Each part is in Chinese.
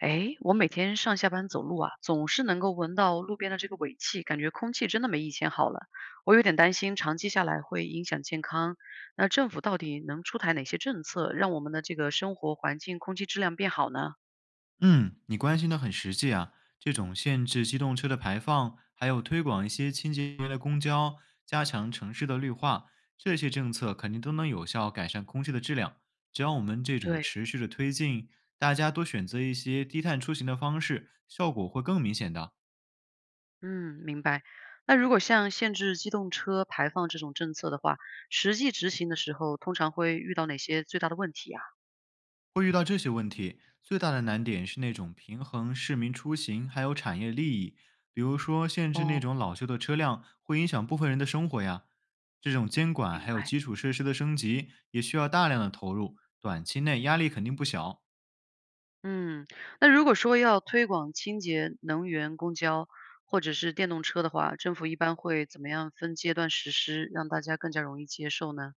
哎，我每天上下班走路啊，总是能够闻到路边的这个尾气，感觉空气真的没以前好了。我有点担心，长期下来会影响健康。那政府到底能出台哪些政策，让我们的这个生活环境、空气质量变好呢？嗯，你关心的很实际啊。这种限制机动车的排放，还有推广一些清洁能源的公交，加强城市的绿化，这些政策肯定都能有效改善空气的质量。只要我们这种对，持续的推进，大家多选择一些低碳出行的方式，效果会更明显的。嗯，明白。那如果像限制机动车排放这种政策的话，实际执行的时候，通常会遇到哪些最大的问题啊？会遇到这些问题，最大的难点是那种平衡市民出行还有产业利益，比如说限制那哦，种老旧的车辆会影响部分人的生活呀。这种监管明还有白。基础设施的升级也需要大量的投入，短期内压力肯定不小。嗯，那如果说要推广清洁能源公交或者是电动车的话，政府一般会怎么样分阶段实施，让大家更加容易接受呢？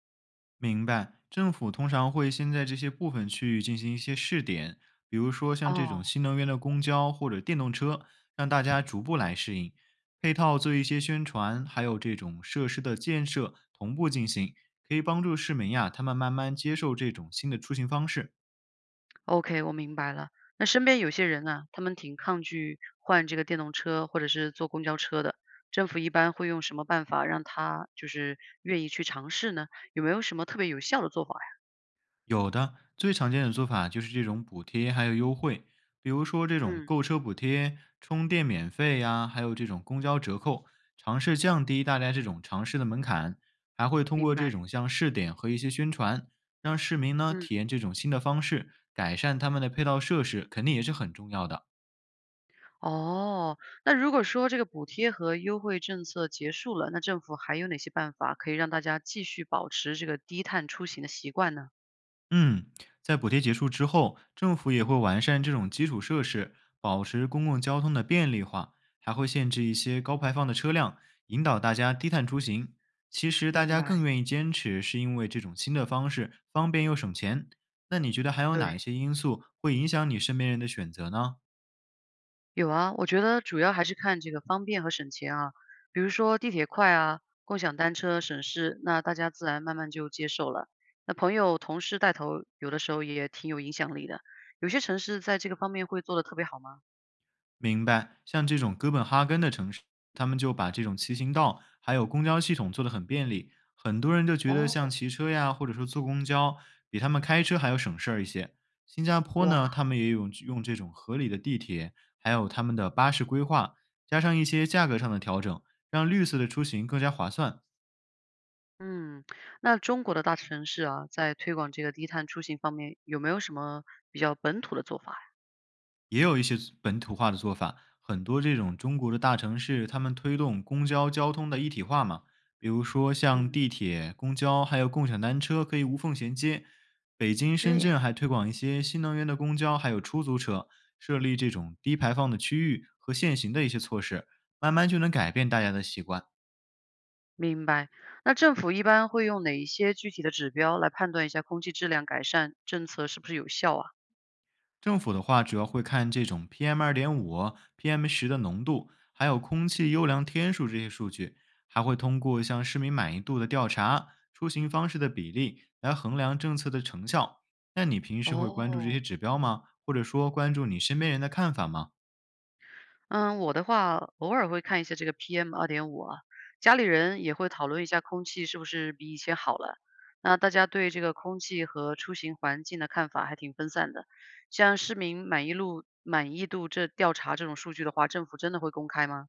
明白，政府通常会先在这些部分区域进行一些试点，比如说像这种哦新能源的公交或者电动车，让大家逐步来适应。配套做一些宣传，还有这种设施的建设同步进行，可以帮助市民呀、他们慢慢接受这种新的出行方式。，OK，我明白了。那身边有些人啊，他们挺抗拒换这个电动车或者是坐公交车的，政府一般会用什么办法让他就是愿意去尝试呢？有没有什么特别有效的做法呀？有的，最常见的做法就是这种补贴还有优惠，比如说这种嗯，购车补贴、充电免费呀，还有这种公交折扣，尝试降低大家这种尝试的门槛，还会通明过这白。种像试点和一些宣传，让市民呢嗯。体验这种新的方式，改善他们的配套设施，肯定也是很重要的。哦，那如果说这个补贴和优惠政策结束了，那政府还有哪些办法可以让大家继续保持这个低碳出行的习惯呢？嗯，在补贴结束之后，政府也会完善这种基础设施，保持公共交通的便利化，还会限制一些高排放的车辆，引导大家低碳出行。其实大明家更白，愿意坚持，是因为这种新的方式方便又省钱。那你觉得还有对，哪一些因素会影响你身边人的选择呢？有啊，我觉得主要还是看这个方便和省钱啊，比如说地铁快啊，共享单车省事，那大家自然慢慢就接受了。那朋友、同事带头，有的时候也挺有影响力的。有些城市在这个方面会做得特别好吗？明白，像这种哥本哈根的城市，他们就把这种骑行道还有公交系统做得很便利，很多人就觉得像哦，骑车呀，或者说坐公交，比他们开车还要省事儿一些。新加坡呢，哇。他们也有用这种合理的地铁，还有他们的巴士规划，加上一些价格上的调整，让绿色的出行更加划算。嗯，那中国的大城市啊，在推广这个低碳出行方面，有没有什么比较本土的做法呀？也有一些本土化的做法，很多这种中国的大城市，他们推动公交交通的一体化嘛，比如说像嗯，地铁、公交还有共享单车可以无缝衔接。北京、这深样，圳还推广一些新能源的公交，还有出租车，设立这种低排放的区域和限行的一些措施，慢慢就能改变大家的习惯。明白。那政府一般会用哪一些具体的指标来判断一下空气质量改善政策是不是有效啊？政府的话主要会看这种 PM 二点五、PM 十的浓度，还有空气优良天数这些数据，还会通过像市民满意度的调查、出行方式的比例来衡量政策的成效。那你平时会关注这哦，些指标吗？或者说关注你身边人的看法吗？嗯，我的话偶尔会看一下这个 PM2.5啊，家里人也会讨论一下空气是不是比以前好了。那大家对这个空气和出行环境的看法还挺分散的。像市民满意度这调查这种数据的话，政府真的会公开吗？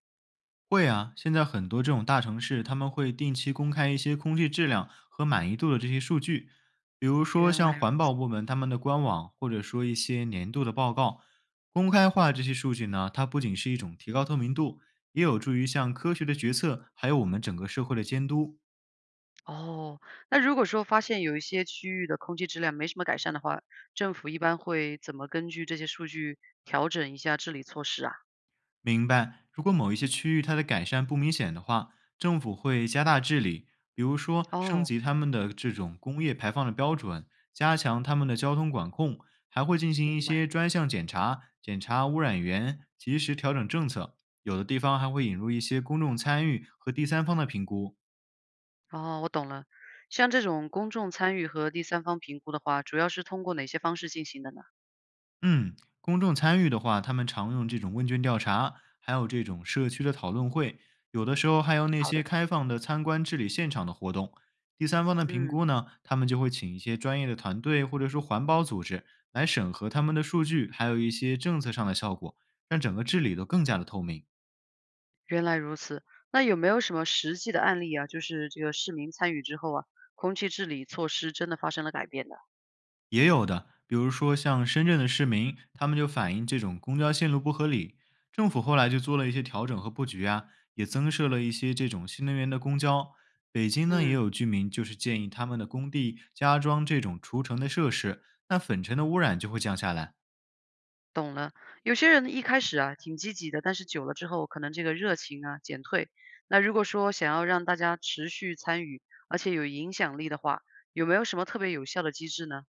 会啊，现在很多这种大城市，他们会定期公开一些空气质量和满意度的这些数据，比如说原像来如环保部门他们的官网，或者说一些年度的报告。公开化这些数据呢，它不仅是一种提高透明度，也有助于像科学的决策，还有我们整个社会的监督。哦，那如果说发现有一些区域的空气质量没什么改善的话，政府一般会怎么根据这些数据调整一下治理措施啊？明白。如果某一些区域它的改善不明显的话，政府会加大治理，比如说升哦，级他们的这种工业排放的标准，加强他们的交通管控，还会进行一明白。些专项检查，检查污染源，及时调整政策。有的地方还会引入一些公众参与和第三方的评估，哦，我懂了。像这种公众参与和第三方评估的话，主要是通过哪些方式进行的呢？嗯，公众参与的话，他们常用这种问卷调查，还有这种社区的讨论会，有的时候还有那好些的，开放的参观治理现场的活动。第三方的评嗯，估呢，他们就会请一些专业的团队或者说环保组织来审核他们的数据，还有一些政策上的效果，让整个治理都更加的透明。原来如此。那有没有什么实际的案例啊？就是这个市民参与之后啊，空气治理措施真的发生了改变的？也有的，比如说像深圳的市民，他们就反映这种公交线路不合理，政府后来就做了一些调整和布局啊，也增设了一些这种新能源的公交。北京呢，也嗯，有居民就是建议他们的工地加装这种除尘的设施，那粉尘的污染就会降下来。懂了。有些人一开始啊挺积极的，但是久了之后，可能这个热情啊减退。那如果说想要让大家持续参与，而且有影响力的话，有没有什么特别有效的机制呢？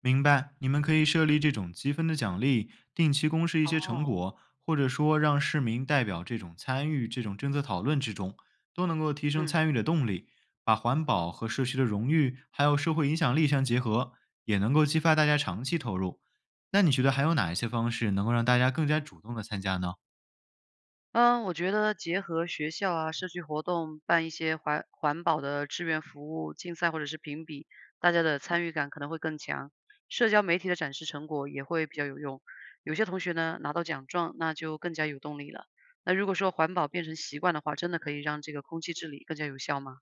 明白，你们可以设立这种积分的奖励，定期公示一些哦，成果，或者说让市民代表这种参与这种政策讨论之中，都能够提升嗯。参与的动力，把环保和社区的荣誉还有社会影响力相结合，也能够激发大家长期投入。那你觉得还有哪一些方式能够让大家更加主动的参加呢？嗯，我觉得结合学校啊、社区活动，办一些环保的志愿服务竞赛或者是评比，大家的参与感可能会更强。社交媒体的展示成果也会比较有用。有些同学呢拿到奖状，那就更加有动力了。那如果说环保变成习惯的话，真的可以让这个空气治理更加有效吗？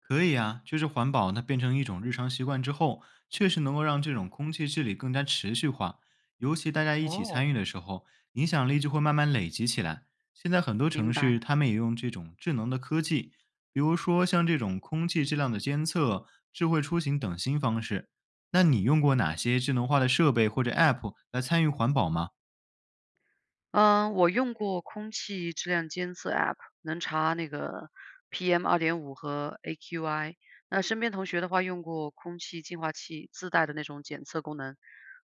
可以啊，就是环保，它变成一种日常习惯之后，确实能够让这种空气治理更加持续化。尤其大家一起哦，参与的时候，影响力就会慢慢累积起来。现在很多明城市，白。他们也用这种智能的科技，比如说像这种空气质量的监测、智慧出行等新方式。那你用过哪些智能化的设备或者 App 来参与环保吗？嗯，我用过空气质量监测 App，能查那个 PM2.5和 AQI。那身边同学的话，用过空气净化器自带的那种检测功能。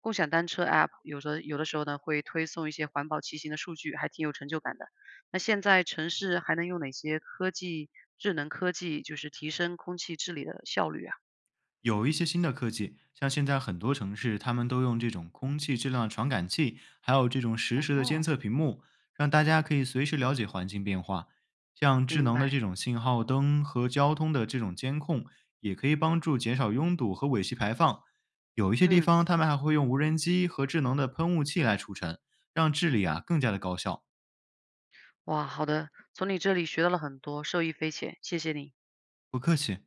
共享单车 App 有的时候呢会推送一些环保骑行的数据，还挺有成就感的。那现在城市还能用哪些科技、智能科技，就是提升空气治理的效率啊？有一些新的科技，像现在很多城市，他们都用这种空气质量传感器，还有这种实时的监哦，测屏幕，让大家可以随时了解环境变化。像智明能的白。这种信号灯和交通的这种监控，也可以帮助减少拥堵和尾气排放。有一些地嗯，方，他们还会用无人机和智能的喷雾器来除尘，让治理啊更加的高效。哇，好的，从你这里学到了很多，受益匪浅，谢谢你。不客气。